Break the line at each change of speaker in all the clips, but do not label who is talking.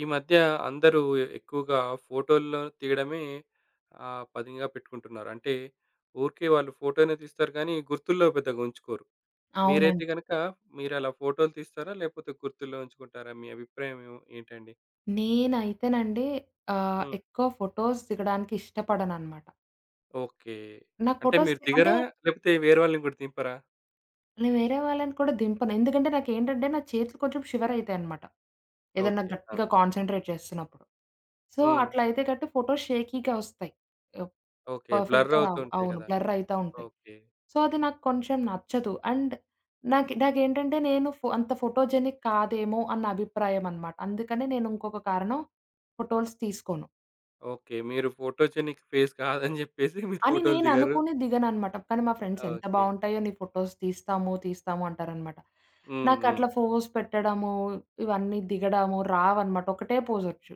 ఈ మధ్య అందరూ ఎక్కువగా ఫోటోల్లో తీయడమే పనిగా పెట్టుకుంటున్నారు. అంటే ఊరికే వాళ్ళు ఫోటోనే తీస్తారు గానీ, గుర్తుల్లో పెద్దగా ఉంచుకోరు. మీరైతే
అవునండి.
గనక మీరలా ఫోటోలు తీస్తారా? లేకపోతే గుర్తుల్లో ఉంచుకుంటారా? మీ అభిప్రాయం ఏంటండి?
నేనైతేనండి
హ్మ్.
ఎక్కువ ఫోటోస్ దిగడానికి ఇష్టపడననమాట.
ఓకే.
నాకు
అంటే
ఫోటోస్
మీరు
అంటే
దిగరా? లేకపోతే వేరే వాళ్ళని గూడా దింపరా?
నేను వేరే వాళ్ళని కూడా దింపను. ఎందుకంటే నాకేంటంటే నా చేతులు కొంచెం షివర్ అయితాయనమాట. ఏదన్నా
ఓకే. ఆ!
గట్టిగా కాన్సంట్రేట్ చేస్తున్నప్పుడు. సో,
హ్మ్.
అట్లా అయితే గట్టి ఫోటోస్ షేకీగా ఒస్తాయి. ఆహ్,
ఓకే. బ్లర్
పర్ఫెక్ట్‌గా రావు.
అవుతుంటాయి
అవును.
గదా!
బ్లర్ అయితా ఉంటాయి.
ఓకే.
సో, అది నాకు కొంచెం నచ్చదు. అండ్ నాకేంటంటే నేను అంత ఫోటోజెనిక్ కాదేమో అన్న అభిప్రాయం అనమాట. అందుకనే నేను ఇంకొక కారణం ఫోటోస్ తీసుకోను.
ఓకే. మీరు ఫోటోజెనిక్ ఫేస్ కాదని జెప్పేసి మీరు
అని
ఫోటోలు దిగరు.
నేననుకుని దిగననమాట. కానీ మా ఫ్రెండ్స్ ఎంత
ఓకే.
బావుంటాయో నీ ఫోటోస్ తీస్తాము, తీస్తాము అంటారనమాట.
హ్మ్. హ్మ్.
నాకట్లా ఫోజ్ పెట్టడము, ఇవన్నీ దిగడము రావనమాట. ఒకటే పోజొచ్చు.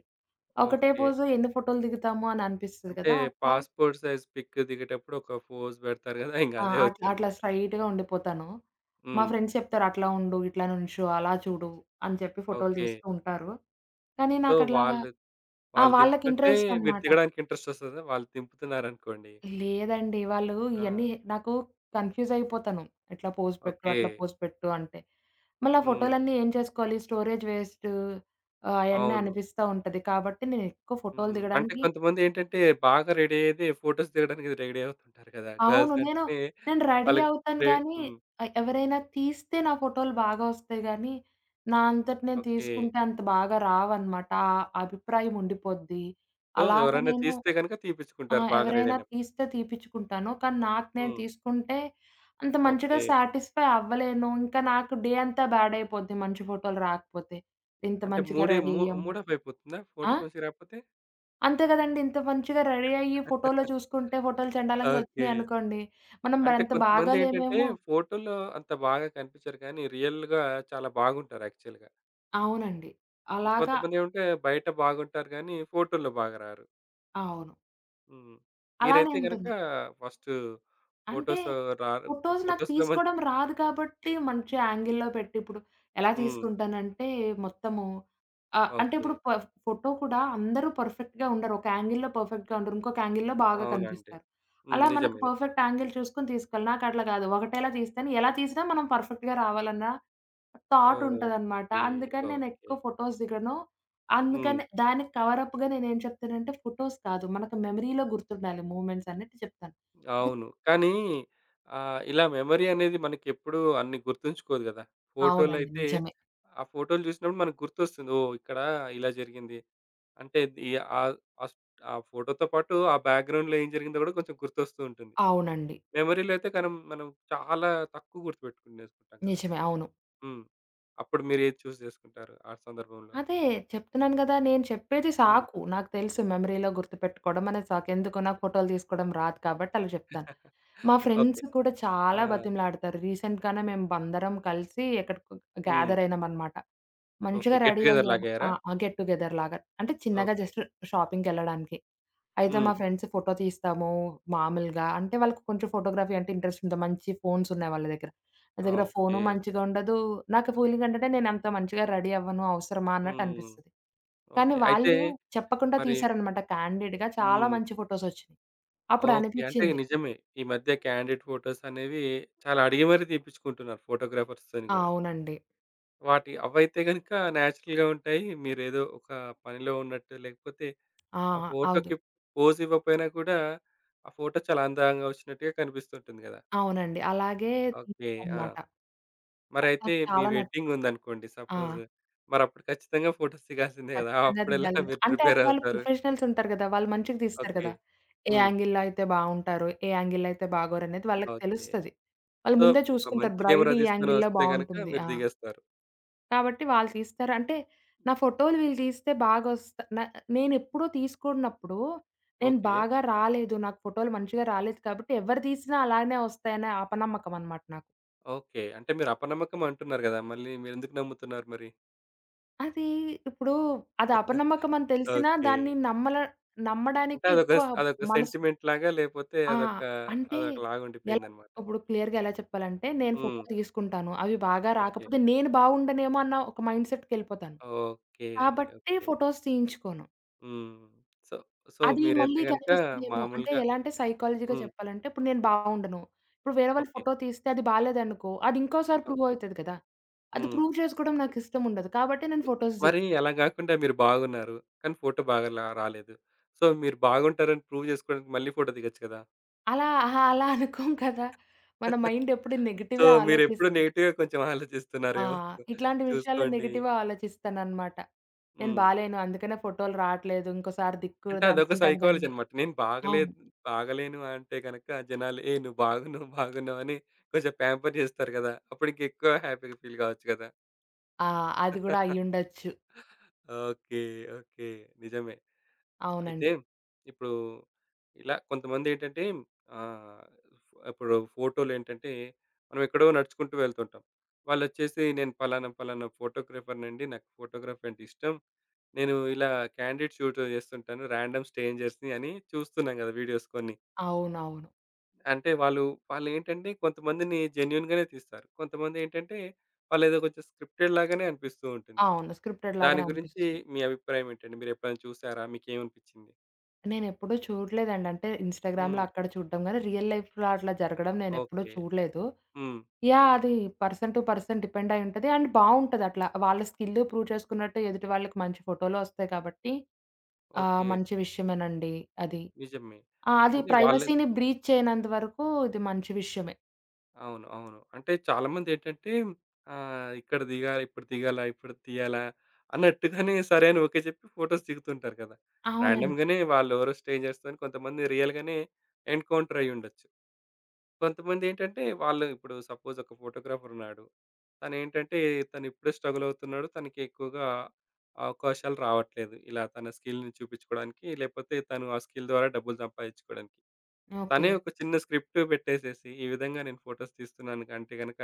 ఒకటే
ఓకే.
పోజ్ ఎన్ని ఫోటోలు దిగుతాము అని అనిపిస్తది
అంటే
కదా! అట్లా
పాస్‌పోర్ట్ సైజ్ పిక్ దిగేటప్పుడు ఒక పోజ్ పెడతారు కదా! ఇంక
ఆ!
అదే
అట్లా అట్లా
వచ్చనమాట.
స్ట్రెయిట్‌గా ఉండిపోతాను. మా
హ్మ్.
ఫ్రెండ్స్ చెప్తారు అట్లా ఉండు, ఇట్లా నుంచో, అలా చూడు అని చెప్పి ఫోటోలు
ఓకే.
తీస్తూ ఉంటారు. కానీ
సో,
నాకట్లాగా
వాళ్ళు
ఆ!
వాళ్ళు
వాళ్ళకి
దింపుతుంటే
ఇంట్రెస్ట్
మీరు
అనమాట.
దిగడానికి ఇంట్రెస్ట్ వస్తదా? వాళ్ళు దింపుతున్నారనుకోండి.
లేదండి. వాళ్ళు
ఆ!
ఇయన్నీ నాకు కన్‌ఫ్యూజ్ అయిపోతాను. ఇట్లా పోజ్ పెట్టు,
ఓకే.
అట్లా పోజ్ పెట్టు అంటే. మళ్ళీ ఆ
హ్మ్.
ఫోటోలన్నీ ఏం చేసుకోవాలి? స్టోరేజ్ వేస్ట్, అయన్నీ
అవును.
అనిపిస్తా ఉంటది. కాబట్టి నేను ఎక్కువ ఫోటోలు
హ్మ్. అంటే
దిగడానికి
కొంతమందేంటంటే బాగా రెడీ అయ్యేది ఫోటోస్ దిగడానికి రెడీ అవుతుంటారు కదా!
అవును.
గర్ల్స్
నేను
అంటేనే
నేను రెడీ
వాళ్ళకి
అవుతాను
రె
గానీ,
హ్మ్.
ఎవరైనా తీస్తే నా ఫోటోలు బాగా వస్తాయి గానీ, నా అంతట నేను
ఓకే.
తీసుకుంటే అంత బాగా రావనమాట. ఆ అభిప్రాయం ఉండిపోద్ది.
సో,
అలాగ
ఎవరైనా
నేను
తీస్తే గనుక
ఆ!
తీపిచ్చుకుంటారు బాగా రెడీ
ఎవరైనా
అయినప్పుడు.
తీస్తే తీపిచ్చుకుంటాను. కానీ నాకు నేను
హ్మ్.
తీసుకుంటే అంత మంచిగా
ఓకే.
సాటిస్ఫై అవ్వలేను. ఇంకా నాకు డే అంతా బ్యాడ్ అయిపోద్ది మంచి ఫోటోలు రాకపోతే. ఇంత
అంటే
మంచిగా
మూడే
రెడీ
మూ
అయ్యాము.
మూడ్ ఆఫ్ అయిపోతుందా
ఆ!
ఫోటోస్ మంచిగా రాకపోతే?
అంతే కదండీ! ఇంత మంచిగా రెడీ అయ్యి ఫోటోలో చూసుకుంటే ఫోటోలు చెండాలంగా
ఓకే.
వచ్చినాయనుకోండి, మనం
అంటే
మరంత బాగా
కొంతమందేంటంటే
లేమేమో.
ఫోటో‌లో అంత బాగా కనిపించరు కానీ రియల్‌గా చాలా బాగుంటారు యాక్చువల్‌గా.
అవునండి. అలాగా.
కొంతమందేమంటే బయట బాగుంటారు గానీ ఫోటో‌లో బాగా రారు.
అవును.
హ్మ్.
అలానే
మీరైతే గనక
ఉంటుంది.
ఫస్ట్
అంటే
ఫోటోస్ రారు
ఫోటోస్ నాకు
ఫోటోస్‌లో మంచి
తీసుకోవడం రాదు కాబట్టి, మంచి యాంగిల్‌లో పెట్టి ఇప్పుడు ఎలా
హ్మ్.
తీసుకుంటానంటే మొత్తము, అంటే
ఓకే.
ఇప్పుడు ఫోటో కూడా అందరూ పర్ఫెక్ట్‌గా ఉండరు. ఒక యాంగిల్‌లో పర్ఫెక్ట్‌గా ఉండరు. ఇంకొక యాంగిల్‌లో బాగా
అవునండి.
కనిపిస్తారు.
హ్మ్.
అలా మనకు
నిజమే.
పర్ఫెక్ట్ యాంగిల్ చూసుకొని తీసుకోవాలి. నాకు అట్లా కాదు. ఒకటేలా తీస్తాను. ఎలా తీసినా మనం పర్ఫెక్ట్‌గా రావాలన్న థాట్ ఉంటదనమాట.
ఓకే.
అందుకని నేను
ఓకే.
ఎక్కువ ఫోటోస్ దిగను.
హ్మ్.
అందుకని దానికి కవర్ అప్‌గా నేనేం చెప్తానంటే ఫోటోస్ కాదు. మనకు మెమరీలో గుర్తుండాలి మూవ్‌మెంట్స్ అన్నట్టు చెప్తాను. అది
అవును. కానీ ఇలా మెమరీ అనేది మనకెప్పుడూ అన్ని గుర్తుంచుకోదు గదా!
అవునండి.
ఫోటోలైతే
నిజమే.
ఆ ఫోటోలు చూసినప్పుడు మనకు గుర్తొస్తుంది. ఓహ్! ఇక్కడ ఇలా జరిగింది. అంటే ఈ ఆహ్, ఆస్ ఆ ఫోటోతో పాటు ఆ బ్యాక్‌గ్రౌండ్‌లో ఏం జరిగిందో గూడా కొంచెం గుర్తొస్తూ ఉంటుంది.
అవునండి.
మెమరీలో అయితే మనం చాలా తక్కువ గుర్తుపెట్టుకునేసుకుంటాం కదా!
నిజమే. అవును.
హ్మ్. అప్పుడు మీరేది జేసుకుంటారు ఆ సందర్భంలో?
అదే చెప్తున్నాను గదా! నేను చెప్పేది
హ్మ్.
సాకు. నాకు తెలుసు మెమరీలో గుర్తుపెట్టుకోవడం అనేది సాకు. ఎందుకు నాకు ఫోటోలు తీసుకోవడం రాదు కాబట్టి అలా చెప్తాను. మా
ఓకే.
ఫ్రెండ్స్ కూడా
ఆ!
చాలా బతిమలాడతారు. రీసెంట్‌గానే మేము అందరం కలిసి ఎక్కడికో
హ్మ్.
గ్యాదర్ అయినామనమాట.
ఓకే.
మంచిగా
గెట్
రెడీ
టుగెదర్
అయ్యాము.
లాగయ్యారా?
ఆ! గెట్ టుగెదర్ లాగా. అంటే చిన్నగా
ఓకే.
జస్ట్ షాపింగ్‌కెళ్ళడానికి. అయితే
హ్మ్.
మా ఫ్రెండ్స్ ఫోటో తీస్తాము మామూలుగా. అంటే వాళ్ళకి కొంచెం ఫోటోగ్రఫీ అంటే ఇంట్రెస్ట్ ఉంటది. మంచి ఫోన్స్ ఉన్నాయి వాళ్ళ దగ్గర. నా
ఆ!
దగ్గర
ఓకే.
ఫోను మంచిగా ఉండదు. నాకు ఫీలింగ్ ఏంటంటే నేనంత మంచిగా రెడీ అవ్వను, అవసరమా అన్నట్టు
హ్మ్.
అనిపిస్తది. కానీ
ఓకే. అయితే
వాళ్ళు చెప్పకుండా
మరి
తీశారనమాట క్యాండిడ్‌గా చాలా
హ్మ్.
మంచి ఫోటోసొచ్చినియి. అప్పుడు
ఓకే. అంటే
అనిపిచ్చింది.
నిజమే. ఈ మధ్య క్యాండిడ్ ఫోటోస్ అనేవి చాలా అడిగి మరి తీపిచ్చుకుంటున్నారు ఫోటోగ్రాఫర్స్‌తోని
ఆ!
గూడా.
అవునండి.
వాటి అవైతే గనుక నేచురల్‌గా ఉంటాయి. మీరేదో ఒక పనిలో ఉన్నట్టు లేకపోతే
ఆ!
ఆ
అవును.
ఫోటోకి పోజ్ ఇవ్వకపోయినా కూడా ఆ ఫోటో చాలా అందంగా వచ్చినట్టుగా కనిపిస్తుంటుంది గదా!
అవునండి. అలాగే
ఓకే. ఆ!
తీశాననమాట. అది
మరైతే
నాకు
మీ
చాలా నచ్చింది.
వెడ్డింగ్ ఉందనుకోండి
ఆ!
సపోజ్. మరప్పుడు ఖచ్చితంగా ఫోటోస్ దిగాల్సిందే గదా!
ఖచ్చితంగా
అప్పుడెలా
దిగాలి గదా!
మీరు
అంటే
ప్రిపేర్
అప్పుడు వాళ్ళు
అవుతారు?
ప్రొఫెషనల్స్ ఉంటారు గదా! వాళ్ళు మంచిగా తీస్తారు
ఓకే.
గదా! ఏ
హ్మ్.
యాంగిల్‌లో అయితే బావుంటారు, ఏ యాంగిల్‌లో అయితే బాగోరనేది వాళ్ళకి
ఓకే.
తెలుస్తది. వాళ్ళు
సో,
ముందే
ఒక
చూసుకుంటారు.
మంచి
బ్రైడ్
కెమెరా
ఈ యాంగిల్‌లో
తీసుకొనొస్తే గనక
బావుంటుంది.
మీరు
ఆ!
దిగేస్తారు.
కాబట్టి వాళ్ళు తీస్తారు. అంటే నా ఫోటోలు వీళ్ళు తీస్తే బాగొస్తా న నేనెప్పుడూ తీసుకోనప్పుడు నేను
ఓకే.
బాగా రాలేదు, నాకు ఫోటోలు మంచిగా రాలేదు కాబట్టి ఎవరు తీసినా అలానే వస్తాయనే అపనమ్మకం అనమాట నాకు.
ఓకే. అంటే మీరు అపనమ్మకం అంటున్నారు గదా! మళ్ళీ మీరెందుకు నమ్ముతున్నారు మరి?
అది ఇప్పుడు అది అపనమ్మకం అని తెలిసినా
ఓకే.
దాన్ని
అంటే
నమ్మడానికే ఎక్కువ
అదొక
మనసు.
సెంటిమెంట్ లాగా లేపోతే
ఆ!
అదొక
అంటే
అదొకలాగా
ఎలా
ఉండిపోయిందన్నమాట.
ఇప్పుడు క్లియర్‌గా ఎలా చెప్పాలంటే, నేను
హ్మ్.
ఫోటోలు తీసుకుంటాను. అవి బాగా
ఓకే.
రాకపోతే నేను బాగుండనేమో అన్న ఒక మైండ్ సెట్‌కెళ్ళిపోతాను.
ఓకే.
కాబట్టి
ఓకే.
ఫోటోస్ తీయించుకోను.
హ్మ్. సో, సో
అది
మీరైతే
మళ్ళీ
గనక
కనిపిస్తదేమో అంటే
మామూలుగా
ఎలా అంటే సైకాలజీగా
హ్మ్.
చెప్పాలంటే ఇప్పుడు నేను బాగుండను. ఇప్పుడు వేరే వాళ్ళు
ఓకే.
ఫోటో తీస్తే అది బాలేదనుకో అది ఇంకోసారి ప్రూవ్
ఓకే.
అవుతది కదా! అది
హ్మ్.
ప్రూవ్ చేసుకోవడం నాకు ఇష్టం ఉండదు. కాబట్టి నేను ఫోటోస్
మరి
దిగను.
అలా గాకుండా మీరు బాగున్నారు. కానీ ఫోటో బాగా రాలేదు. సో, మీరు బాగుంటారని ప్రూవ్ జేసుకోవడానికి మళ్ళీ ఫోటో దిగొచ్చు గదా!
అలా అహా! అలా అనుకోం కదా! మన మైండ్ ఎప్పుడు
సో,
నెగెటివే
మీరెప్పుడు
ఆలోచిస్తది.
నెగెటివ్‌గా కొంచెం
ఆ!
ఆలోచిస్తున్నారేమో
ఇట్లాంటి విషయాల్లో
చూసుకోండి.
నెగెటివ్‌గా ఆలోచిస్తాననమాట. నేను
హ్మ్.
బాలేను అందుకనే ఫోటోలు రాట్లేదు. ఇంకోసారి
అంటే
దిక్కూడదు
అదొక
అనుకుంటాను
సైకాలజీ
గానీ
అనమాట. నేను
అవును.
బాగలేదు బాగలేను అంటే గనక జనాలు "ఏ నువ్వు బాగున్నావు, బాగున్నావు" అని కొంచెం ప్యాంపర్ చేస్తారు గదా! అప్పుడు ఇంకెక్కువ హ్యాపీగా ఫీల్ కావచ్చు గదా!
ఆ! అది గూడా అయ్యుండొచ్చు.
ఓకే. ఓకే. నిజమే. అయితే
అవునండి.
ఇప్పుడు ఇలా కొంతమందేంటంటే ఆహ్, ఇప్పుడు ఫోటోలేంటంటే మనం ఎక్కడో నడుచుకుంటూ వెళ్తుంటాం. వాళ్ళొచ్చేసి నేను పలానా పలానా ఫోటోగ్రాఫర్‌నండి. నాకు ఫోటోగ్రఫీ అంటే ఇష్టం. నేను ఇలా క్యాండిడ్ షూట్ చేస్తుంటాను. ర్యాండమ్ స్ట్రేంజర్స్‌ని అని చూస్తున్నాం కదా! వీడియోస్ కొన్ని.
అవునవును.
అంటే వాళ్ళేంటంటే కొంతమందిని జెన్యూన్‌గానే తీస్తారు. కొంతమందేంటంటే వాళ్ళేదో కొంచెం స్క్రిప్టెడ్ లాగానే అనిపిస్తూ ఉంటుంది.
అవును. స్క్రిప్టెడ్
దాని
లాగానే
గురించి
అనిపిస్తుంది.
మీ అభిప్రాయం ఏంటండి? మీరెప్పుడైనా చూసారా? మీకేమనిపించింది?
నేనెప్పుడూ చూడలేదండి. అంటే ఇన్‌స్టాగ్రామ్‌లో
హ్మ్.
అక్కడ చూడడం గానీ, రియల్ లైఫ్‌లో అట్లా జరగడం నేనెప్పుడూ
ఓకే.
చూడలేదు.
హ్మ్.
యాహ్! అది పర్సన్ టు పర్సన్ డిపెండ్ అయి ఉంటది. అండ్ బావుంటది అట్లా. వాళ్ళ స్కిల్ ప్రూవ్ చేసుకున్నట్టు ఎదుటి వాళ్ళకి మంచి ఫోటో‌లొస్తాయి కాబట్టి
ఓకే.
మంచి విషయమేనండి అది.
నిజమే.
ఆ! అది
అంటే వాళ్ళే
ప్రైవసీని బ్రీచ్ చేయనంత వరకు ఇది మంచి విషయమే.
అవును. అవును. అంటే చాలామందేంటంటే ఇక్కడ దిగాలి, ఇప్పుడు దిగాలా, ఇప్పుడు తీయాలా అన్నట్టుగానే సరే అని ఓకే చెప్పి ఫోటోస్ దిగుతుంటారు కదా!
అవునండి.
ర్యాండమ్‌గానే వాళ్ళెవరో స్ట్రేంజర్స్‌తోని కొంతమంది రియల్‌గానే ఎన్‌కౌంటర్ అయ్యుండొచ్చు. కొంతమందేంటంటే వాళ్ళు ఇప్పుడు సపోజ్ ఒక ఫోటోగ్రాఫరున్నాడు. తనేంటంటే తనిప్పుడే స్ట్రగుల్ అవుతున్నాడు. తనకి ఎక్కువగా అవకాశాలు రావట్లేదు. ఇలా తన స్కిల్‌ని చూపించుకోవడానికి లేకపోతే తను ఆ స్కిల్ ద్వారా డబ్బులు సంపాదించుకోవడానికి.
ఓకే.
తనే ఒక చిన్న స్క్రిప్ట్ పెట్టేసేసి, ఈ విధంగా నేను ఫోటోస్ తీస్తున్నాను అంటే గనక,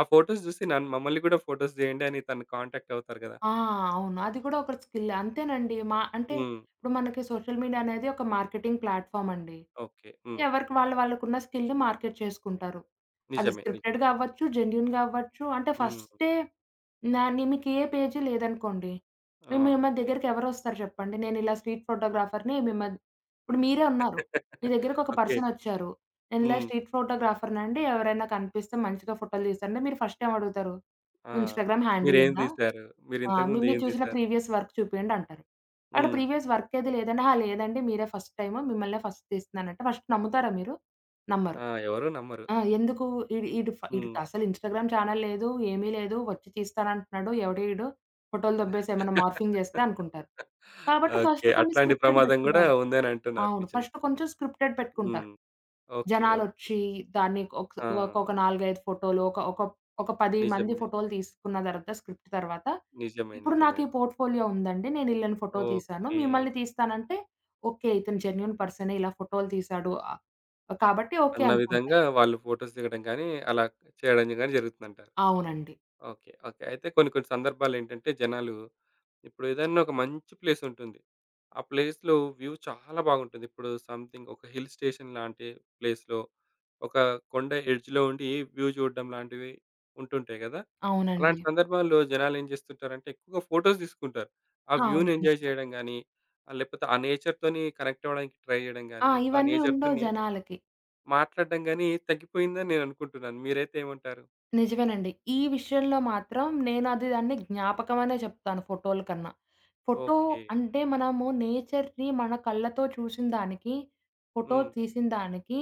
ఆ ఫోటోస్ చూసి నన్ను మమ్మల్ని కూడా ఫోటోస్ చేయండి అని తను కాంటాక్ట్ అవుతారు కదా!
ఆ! అవును. అది కూడా ఒక స్కిల్లే. అంతేనండి. మా అంటే
హ్మ్.
ఇప్పుడు మనకి సోషల్ మీడియా అనేది ఒక మార్కెటింగ్ ప్లాట్‌ఫామ్ అండి.
ఓకే. హ్మ్.
ఎవరికి వాళ్ళు వాళ్ళకున్న స్కిల్‌ని మార్కెట్ చేసుకుంటారు. అది
నిజమే. నిజమే.
స్క్రిప్టెడ్‌గా అవ్వచ్చు, జెన్యూన్‌గా అవ్వచ్చు. అంటే
హ్మ్.
ఫస్టే నా ని మీకు ఏ పేజీ లేదనుకోండి.
ఆ!
మిమ్మ
ఓకే.
దగ్గరికి ఎవరొస్తారు చెప్పండి? నేనిలా స్ట్రీట్ ఫోటోగ్రాఫర్‌ని మిమ్మ ఇప్పుడు మీరే ఉన్నారు. మీ దగ్గరకి ఒక
ఓకే.
పర్సన్ వచ్చారు. నేనిలా
హ్మ్.
స్ట్రీట్ ఫోటోగ్రాఫర్‌నండి ఎవరైనా కనిపిస్తే మంచిగా ఫోటోలు తీస్తంటే మీరు ఫస్ట్ ఏమడుగుతారు?
ఆ!
ఇన్‌స్టాగ్రామ్ హ్యాండిల్
మీరేం
ఉందా?
తీశారు?
ఆ!
మీరింతకుముందు
మీరు
ఏం
చూసిన
తీశారు?
ప్రీవియస్ వర్క్ చూపియండి అంటారు. అక్కడ
హ్మ్.
ప్రీవియస్ వర్క్ ఏది లేదన్నా, "ఆ! లేదండి మీరే ఫస్ట్ టైమ్. మిమ్మల్నే ఫస్ట్ తీస్తున్నానంటే" ఫస్ట్ నమ్ముతారా మీరు? నమ్మరు.
ఆ! ఎవరు నమ్మరు.
ఆ! ఎందుకు ఈడు ఈడు ఫ
హ్మ్.
ఈడికి అసలు ఇన్‌స్టాగ్రామ్ ఛానెల్ లేదు. ఏమీ లేదు. వచ్చి తీస్తానంటున్నాడు. ఎవడో ఈడు ఫోటోలు దొబ్బేసి ఏమైనా మార్ఫింగ్ చేస్తే అనుకుంటారు. కాబట్టి
ఓకే.
ఫస్ట్ కొన్ని
అట్లాంటి
స్క్రిప్టెడ్
ప్రమాదం కూడా
పెట్టుకుంటారు.
ఉందని అంటున్నారు.
అవును.
నిజమే.
ఫస్ట్ కొంచెం స్క్రిప్టెడ్ పెట్టుకుంటారు.
హ్మ్. ఓకే. ఓకే.
జనాలొచ్చి దాన్ని ఒక ఒక
ఆ!
4, 5 ఫోటోలు ఒక ఒక ఒక 10 మంది
నిజమే.
ఫోటోలు తీసుకున్న తర్వాత స్క్రిప్ట్ తర్వాత,
నిజమే.
ఇప్పుడు నాకు
నిజమే.
ఈ పోర్ట్‌ఫోలియో ఉందండి. నేను ఈళ్ళని ఫోటో తీశాను.
ఓకే.
మిమ్మల్ని తీస్తానంటే, ఓకే. ఇతను జెన్యూన్ పర్సనే ఇలా ఫోటోలు తీశాడు. కాబట్టి ఓకే
అన్న విధంగా
అనుకుంటారు.
వాళ్ళు ఫోటోస్ దిగడం గానీ, అలా చేయడం గానీ జరుగుతుందంటారు.
అవునండి.
ఓకే. ఓకే. అయితే కొన్ని కొన్ని సందర్భాలేంటంటే జనాలు ఇప్పుడు ఏదన్నా ఒక మంచి ప్లేసుంటుంది. ఆ ప్లేస్‌లో వ్యూ చాలా బాగుంటుంది. ఇప్పుడు సంథింగ్ ఒక హిల్ స్టేషన్ లాంటి ప్లేస్‌లో ఒక కొండ ఎడ్జ్‌లో ఉండి వ్యూ చూడడం లాంటివి ఉంటుంటాయి గదా!
అవునండి.
అలాంటి సందర్భాల్లో జనాలేం జేస్తుంటారంటే ఎక్కువగా ఫోటోస్ తీసుకుంటారు. ఆ
అవును.
వ్యూ‌ని ఎంజాయ్
నిజమే.
చేయడం గానీ, లేకపోతే ఆ నేచర్‌తోని కనెక్ట్ అవ్వడానికి ట్రై జేయడం గానీ,
ఆ!
లేకపోతే ఆ
ఇవన్నీ ఉండవు
నేచర్‌తోని
జనాలకి.
మాట్లాడడం గాని తగ్గిపోయిందని నేననుకుంటున్నాను. మీరైతే ఏమంటారు?
నిజమేనండి. ఈ విషయంలో మాత్రం నేనది దాన్ని జ్ఞాపకమనే చెప్తాను ఫోటోల కన్నా. Photo
okay.
అంటే మనము నేచర్‌ని మన కళ్ళతో చూసిన దానికి, ఫోటో
హ్మ్.
తీసిన దానికి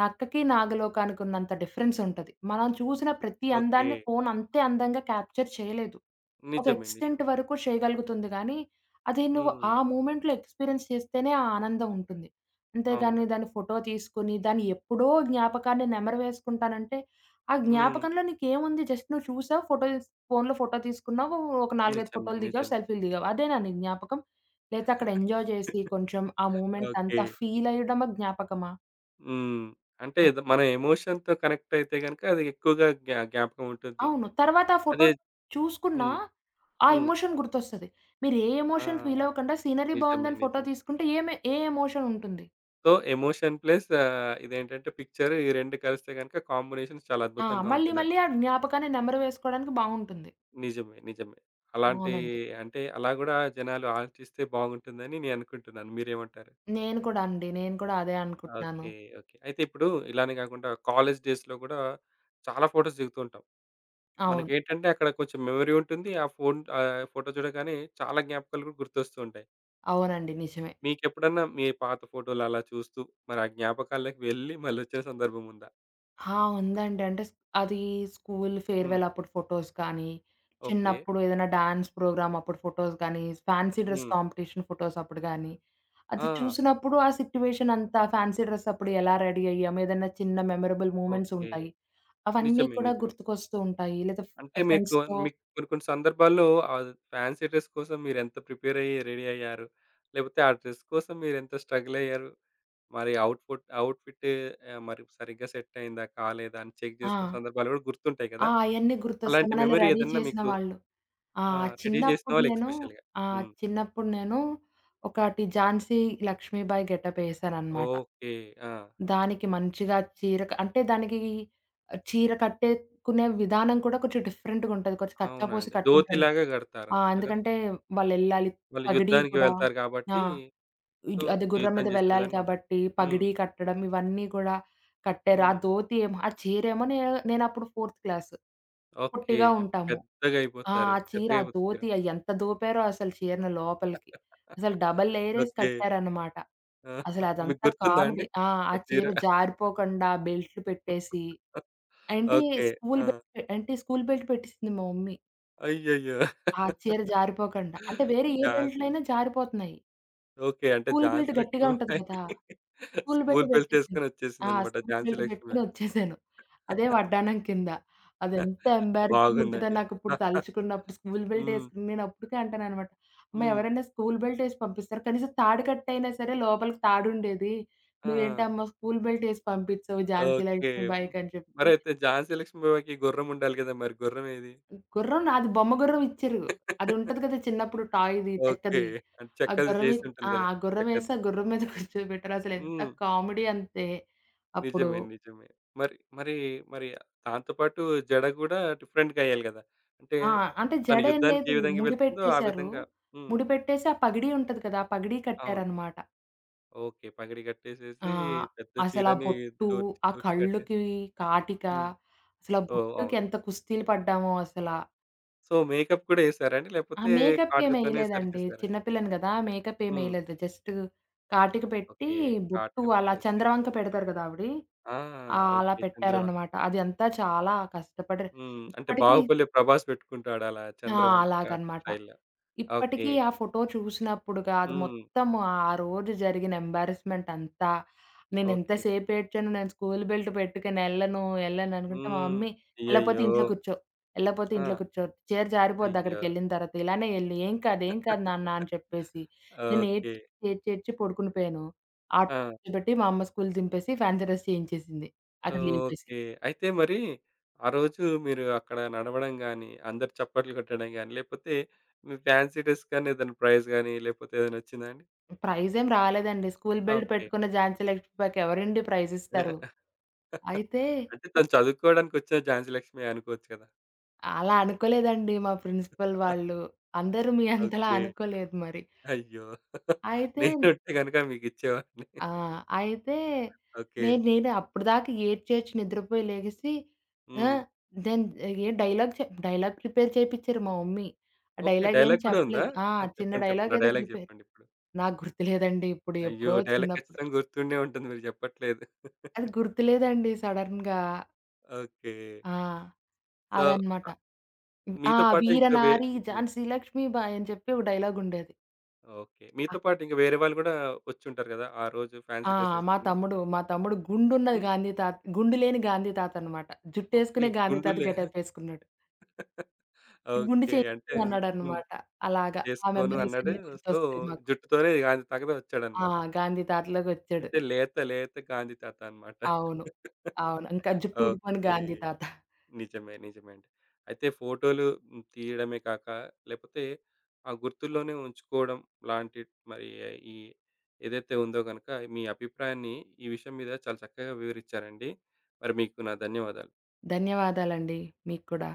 నక్కకి, నాగలోకానికి ఉన్నంత డిఫరెన్స్ ఉంటది. మనం చూసిన ప్రతి
ఓకే.
అందాన్ని ఫోన్ అంతే అందంగా క్యాప్చర్ చేయలేదు. ఒక
నిజమే.
ఎక్స్‌టెంట్
నిజమే.
వరకు చేయగలుగుతుంది గానీ, అది నువ్వు
హ్మ్.
ఆ మూమెంట్‌లో ఎక్స్‌పీరియన్స్ చేస్తేనే ఆ ఆనందం ఉంటుంది. అంతేగాని
అవునండి.
దాన్ని ఫోటో తీసుకొని, దాన్ని ఎప్పుడో జ్ఞాపకాన్ని నెమరు వేసుకుంటానంటే, ఆ
హ్మ్.
జ్ఞాపకంలో నీకేముంది జస్ట్ నువ్వు చూసావు, ఫోటో తీస్ ఫోన్‌లో ఫోటో తీసుకున్నావు, ఒక 4, 5
నిజమే.
ఫోటోలు దిగావు,
నిజమే.
సెల్ఫీలు దిగావు. అదేనా నీ జ్ఞాపకం? లేతే అక్కడ ఎంజాయ్ చేసి కొంచెం ఆ మూమెంట్
ఓకే.
అంతా ఫీల్ అయ్యడమా జ్ఞాపకమా?
హ్మ్. అంటే ఏదో మన ఎమోషన్‌తో కనెక్ట్ అయితే గనక అది ఎక్కువగా జ్ఞాపకం ఉంటుంది.
అవును. తర్వాత ఆ ఫోటో
అదే
చూసుకున్నా,
హ్మ్.
ఆ
హ్మ్.
ఎమోషన్ గుర్తొస్తది. మీరు ఏ ఎమోషన్ ఫీల్
ఆ!
అవ్వకుండా సీనరీ
నిజమే.
బావుందని ఫోటో
నిజమే.
తీసుకుంటే ఏ ఎమోషన్ ఉంటుంది.
సో, ఎమోషన్ ప్లస్ ఇదేంటంటే పిక్చర్ ఈ 2 కలిస్తే గనక కాంబినేషన్ చాలా
ఆ!
అద్భుతంగా
మళ్ళీ
ఉంటుందంట.
మళ్ళీ ఆ జ్ఞాపకాన్ని నెమరు వేసుకోవడానికి బావుంటుంది.
నిజమే. నిజమే. అలాంటి
అవునండి.
అంటే అలా గూడా జనాలు ఆలోచిస్తే బాగుంటుందని నేననుకుంటున్నాను. మీరేమంటారు?
నేను కూడా అండి. నేను కూడా అదే అనుకుంటున్నాను.
ఓకే. ఓకే. అయితే ఇప్పుడు ఇలానే గాకుండా కాలేజ్ డేస్‌లో గూడా చాలా ఫోటోస్ దిగుతూ ఉంటాం.
అవును.
మనకేంటంటే అక్కడ కొంచెం మెమరీ ఉంటుంది. ఆ ఫోన్ ఫోటో చూడగానే చాలా జ్ఞాపకాలు గూడా గుర్తొస్తూ ఉంటాయి.
అవునండి. నిజమే.
మీకెప్పుడన్నా మీ పాత ఫోటోలు అలా చూస్తూ మరి ఆ జ్ఞాపకాల్లోకి వెళ్ళి మళ్ళొచ్చిన సందర్భం ఉందా?
ఆ! ఉందండి. అంటే అది స్కూల్
హ్మ్.
ఫేర్‌వెల్ అప్పుడు ఫోటోస్ కానీ,
ఓకే.
చిన్నప్పుడు ఏదైనా డాన్స్ ప్రోగ్రామ్ అప్పుడు ఫోటోస్ గానీ, ఫ్యాన్సీ డ్రెస్
హ్మ్.
కాంపిటీషన్ ఫోటోస్ అప్పుడు గానీ,
ఆ!
అది చూసినప్పుడు ఆ సిట్యుయేషన్ అంతా ఫ్యాన్సీ డ్రెస్ అప్పుడు ఎలా రెడీ అయ్యాము, ఏదైనా చిన్న మెమరబుల్ మూమెంట్స్
ఓకే.
ఉంటాయి. అవన్నీ
నిజమే.
కూడా
నిజమే.
గుర్తుకొస్తూ ఉంటాయి. లేదా
అంటే మీకు
ఫ్రెండ్స్‌తో
మీకు కొన్ని కొన్ని సందర్భాల్లో ఆ ఫ్యాన్సీ డ్రెస్ కోసం మీరెంత ప్రిపేర్ అయ్యి రెడీ అయ్యారు? లేపోతే ఆ డ్రెస్ కోసం మీరెంత స్ట్రగుల్ అయ్యారు? మరి అవుట్‌ఫిట్ మరి సరిగ్గా సెట్ అయిందా? కాలేదా? అని చెక్
ఆ!
చేసుకున్న సందర్భాలు కూడా గుర్తుంటాయి
ఆ!
కదా!
అయన్నీ గుర్తొస్తాయి.
అలాంటి
మనల్ని
మెమరీ
రెడీ
ఏదన్నా
చేసిన
మీకు
వాళ్ళు. ఆ!
ఆ! రెడీ చేసిన
చిన్నప్పుడు
వాళ్ళు
నేను
ఎస్పెషల్‌గా.
ఆ!
హ్మ్.
చిన్నప్పుడు నేను ఒకటి 'ఝాన్సీ లక్ష్మీబాయి' గెటప్ ఏసాననమాట.
ఓకే. ఆ!
దానికి మంచిగా చీర క అంటే దానికి చీర కట్టేకునే విధానం కూడా కొంచెం డిఫరెంట్‌గా ఉంటది. కొంచెం
అవునా
కచ్చాపోసి
అండి.
కట్టుకుంటారు.
ధోతిలాగా
ఆ!
కడతారనుకుంటా కదా!
ఎందుకంటే వాళ్ళెళ్ళాలి.
వాళ్ళు
పగిడీ
యుద్ధానికి
కూడా
వెళ్తారు
ఆ!
కాబట్టి, సో,
అది గుర్రం మీద
యుద్ధం చేసే
వెళ్ళాలి
విధంగా ఉండాలి.
కాబట్టి
హ్మ్.
పగిడీ కట్టడం ఇవన్నీ కూడా కట్టారు. ఆ
హ్మ్.
ధోతి ఏమో ఆ చీరేమో నేనప్పుడు ఫోర్త్ క్లాస్.
ఓకే.
పొట్టిగా
అంటే
ఉంటాము.
పెద్దగా
ఆ!
అయిపోతారు.
ఆ చీర,
పెద్దగా
ఆ
అయిపోతే చీర.
దోతి అది ఎంత దోపారో అసలు చీరని లోపలికి. అసలు డబల్ లేయరేసి
ఓకే.
కట్టారనమాట.
ఆ!
అసలు
మీకు
అదంతా
గుర్తుందా అండి?
కామెడీ. ఆ! ఆ
ఆ చీర?
చీర జారిపోకుండా బెల్టులు పెట్టేసి అంటే
ఓకే. ఆ!
స్కూల్ బెల్ట్ పెట్టిసింది మా మమ్మీ.
అయ్యయ్యో!
ఆ చీర జారిపోకండా. అంటే వేరే ఏ
ఝాన్సీ
బెల్ట్‌లైనా జారిపోతున్నాయి.
ఓకే. అంటే
స్కూల్ బెల్ట్
ఝాన్సీ
గట్టిగా ఉంటది
లక్ష్మీబాయి
కదా! స్కూల్ బెల్
స్కూల్ బెల్ట్
పెట్టేసింది.
ఏసుకొని
ఆ!
వచ్చేసిందన్నమాట
స్కూల్
ఝాన్సీ
బెల్ట్ పెట్టుకొని
లక్ష్మీబాయి.
వచ్చేసాను. అదే వడ్డానం కింద. అదెంత ఎంబారసింగ్ ఉంటదో
బాగుందండి.
నాకిప్పుడు తలుచుకున్నప్పుడు స్కూల్ బెల్ట్
హ్మ్.
ఏసుకుని నేను అప్పటికే అంటాననమాట. అమ్మ
హ్మ్.
ఎవరైనా స్కూల్ బెల్ట్ ఏసి పంపిస్తారు. కనీసం తాడు కట్టయినా సరే లోపలికి తాడుండేది.
ఆ!
నువ్వేంటమ్మా స్కూల్ బెల్ట్ ఏసి పంపించవు 'ఝాన్సీ
ఓకే.
లక్ష్మీబాయికి' అని చెప్పి.
మరైతే ఝాన్సీ లక్ష్మీబాయికి గుర్రం ఉండాలి గదా! మరి గుర్రం ఏది?
గుర్రం నాది బొమ్మ గుర్రం ఇచ్చిర్రు. అది ఉంటది కదా! చిన్నప్పుడు టాయ్‌ది
ఓకే.
చెక్కది.
అంటే
ఆ
చెక్కది
గుర్రం ఎ
చేసుంటుంది
ఆ!
గదా!
ఆ గుర్రం
చెక్కది.
ఏసి ఆ గుర్రం మీద కూర్చోబెట్టారు. అసలెంత
హ్మ్.
కామెడీ అంతే అప్పుడు.
నిజమే. నిజమే. మరి మరి మరి దాంతో పాటు జడ గూడా డిఫరెంట్‌గా ఎయ్యాలి గదా! అంటే
ఆ! అంటే
తను
జడ ఏం
యుద్ధానికి
లేదు.
ఏ విధంగా
ముడి
వెళ్తుందో ఆ
పెట్టేశారు.
విధంగా హ్మ్.
ముడి పెట్టేసి ఆ పగిడీ ఉంటది కదా! ఆ పగిడీ
అవును.
కట్టారనమాట.
ఓకే. పగిడి
ఆ!
కట్టేసేసి పెద్ద
అసలు ఆ
చీరని
బొట్టు,
దూర్చి
ఆ
దూర్చి కట్టే
కళ్ళుకి కాటిక,
హ్మ్.
అసలు ఆ
ఓహ్!
బొట్టుకి
అవును.
ఎంత కుస్తీలు పడ్డామో అసలా.
సో, మేకప్ కూడా ఎసారా అండి?
ఆ
లేకపోతే
మేకప్
కాటుకతోనే
ఏమెయలేదండి.
సరిచేసారా?
చిన్న పిల్లని గదా! మేకప్
హ్మ్.
ఏమెయలేదు. జస్ట్ కాటిక పెట్టి,
ఓకే.
బొట్టు
కాటుక
అలా
పెట్టేసి
చంద్రవంక పెడతారు గదా! ఆవిడి.
ఆ!
ఆ! అలా
ఓకే. చంద్రభాగ
పెట్టారనమాట. అది అంతా చాలా కష్టపడి
హ్మ్. అంటే
ఇప్పటికి
'బాహుబలి' 'ప్రభాస్' పెట్టుకుంటాడు అలా
ఆ!
'చంద్రవంక'
అలాగనమాట.
స్టైల్‌లో. ఓకే.
ఇప్పటికీ ఆ ఫోటో చూసినప్పుడు కాదు.
హ్మ్.
మొత్తము ఆ రోజు జరిగిన ఎంబారస్మెంట్ అంతా,
ఓకే.
నేనెంతసేపు ఏడ్చానో, నేను స్కూలు బెల్ట్ పెట్టుకొని ఎళ్ళను, ఎళ్ళను అనుకుంటే, మా
హ్మ్.
మమ్మీ "ఎళ్ళకపోతే
అయ్యయ్యో!
ఇంట్లో కూర్చో, ఎళ్ళకపోతే
ఆ!
ఇంట్లో కూర్చో, చీర జారిపోద్ది
అయ్యో!
అక్కడికెళ్ళిన తర్వాత, ఇలానే ఎళ్ళు, ఏం కాదు, ఏం కాదు నాన్న" అని చెప్పేసి, నేను
ఓకే.
ఏడ్చి, ఏడ్చి పడుకునిపోయాను. ఆటో
ఆ!
కూర్చోబెట్టి మా అమ్మ స్కూల్ దింపేసి, ఫ్యాన్సీ డ్రెస్ చేయించేసింది. అక్కడ లేపేసి.
ఓకే. అయితే మరి ఆ రోజు మీరు అక్కడ నడవడం గాని, అందరూ చప్పట్లు కొట్టడం గాని, లేపోతే మీ ఫ్యాన్సీ డ్రెస్ కానీ, ఏదైనా ప్రైజ్ గాని లేపోతే ఏదైనా వచ్చిందా అండి?
ప్రైజేం రాలేదండి. School belt
okay.
పెట్టుకున్న ఝాన్సీ లక్ష్మీబాయికి ఎవరండి ప్రైజిస్తారు. అయితే
అంటే తను చదువుకోవడానికొచ్చిన ఝాన్సీ లక్ష్మి అనుకోవచ్చు కదా!
అలా అనుకోలేదండి మా ప్రిన్సిపల్ వాళ్ళు. అందరూ మీ అంతలా
ఓకే.
అనుకోలేదు మరి.
అయ్యో!
అయితే
నేనుంటే గనుక మీకిచ్చేవాడిని.
ఆ! అయితే
ఓకే.
నేనే అప్పటిదాకా ఏడ్చేడ్చి నిద్రపోయి లెగిసి ఆ!
హ్మ్.
దెన్ ఏ డైలాగ్ చె డైలాగ్ ప్రిపేర్ చేపిచ్చారు మా మమ్మీ. ఆ
ఓకే.
డైలాగ్ ఏం
డైలాగ్ కూడా ఉందా?
చెప్పలేదు. ఆ!
ఆ!
చిన్న
చెప్పండి.
డైలాగ్
చెప్పండి. ఆ
ఏదో
డైలాగ్
ప్రిపేర్
చెప్పండిప్పుడు.
నాకు గుర్తులేదండి ఇప్పుడు.
అయ్యో!
ఎప్పుడో
డైలాగ్
చిన్నప్పుడు.
ఖచ్చితంగా గుర్తుండే ఉంటుంది. మీరు చెప్పట్లేదు.
అది గుర్తులేదండి సడెన్‌గా.
ఓకే.
ఆ!
సో,
అదనమాట.
ఆహ్,
ఆ!
మీతో పాటు
వీర
ఇంకా వే
నారి
హ్మ్.
ఝాన్సీ లక్ష్మీబాయి అని చెప్పి ఒక డైలాగుండేది.
ఓకే. మీతో పాటు ఇంక వేరే వాళ్ళు గూడా వచ్చుంటారు గదా! ఆ రోజు
ఆ!
ఫ్యాన్సీ డ్రెస్
మా
యేసుకొని.
తమ్ముడు, మా తమ్ముడు గుండున్న
హ్మ్.
గాంధీ తాత గుండు లేని గాంధీ తాతనమాట.
ఓకే.
జుట్టేసుకునే గాంధీ తాత
గుండులే.
గెటపేసుకున్నాడు. గుండు
ఓకే. అంటే హ్మ్.
చేయించుకున్నాడనమాట. అలాగా ఆ
చేసుకోను
మెమోరీస్
అన్నాడు.
అన్నీ
సో,
గుర్తొస్తాయి మాకు.
జుట్టుతోనే దానికి తగదా
ఆ!
వచ్చాడన్నమాట.
గాంధీ తాతలాగొచ్చాడు.
అంటే లేత లేత గాంధీ తాత అన్నమాట.
అవును. అవును. ఇంకా జుట్టు ఊడిపోని
ఓకే.
గాంధీ తాత.
నిజమే. నిజమే అండి. అయితే ఫోటోలు హ్మ్, తీయడమే కాక లేపోతే ఆ గుర్తుల్లోనే ఉంచుకోవడం లాంటి మరి ఈ ఏదైతే ఉందో గనక మీ అభిప్రాయాన్ని ఈ విషయం మీద చాలా చక్కగా వివరించారండి. మరి మీకు నా ధన్యవాదాలు.
ధన్యవాదాలండి. మీకు కూడా.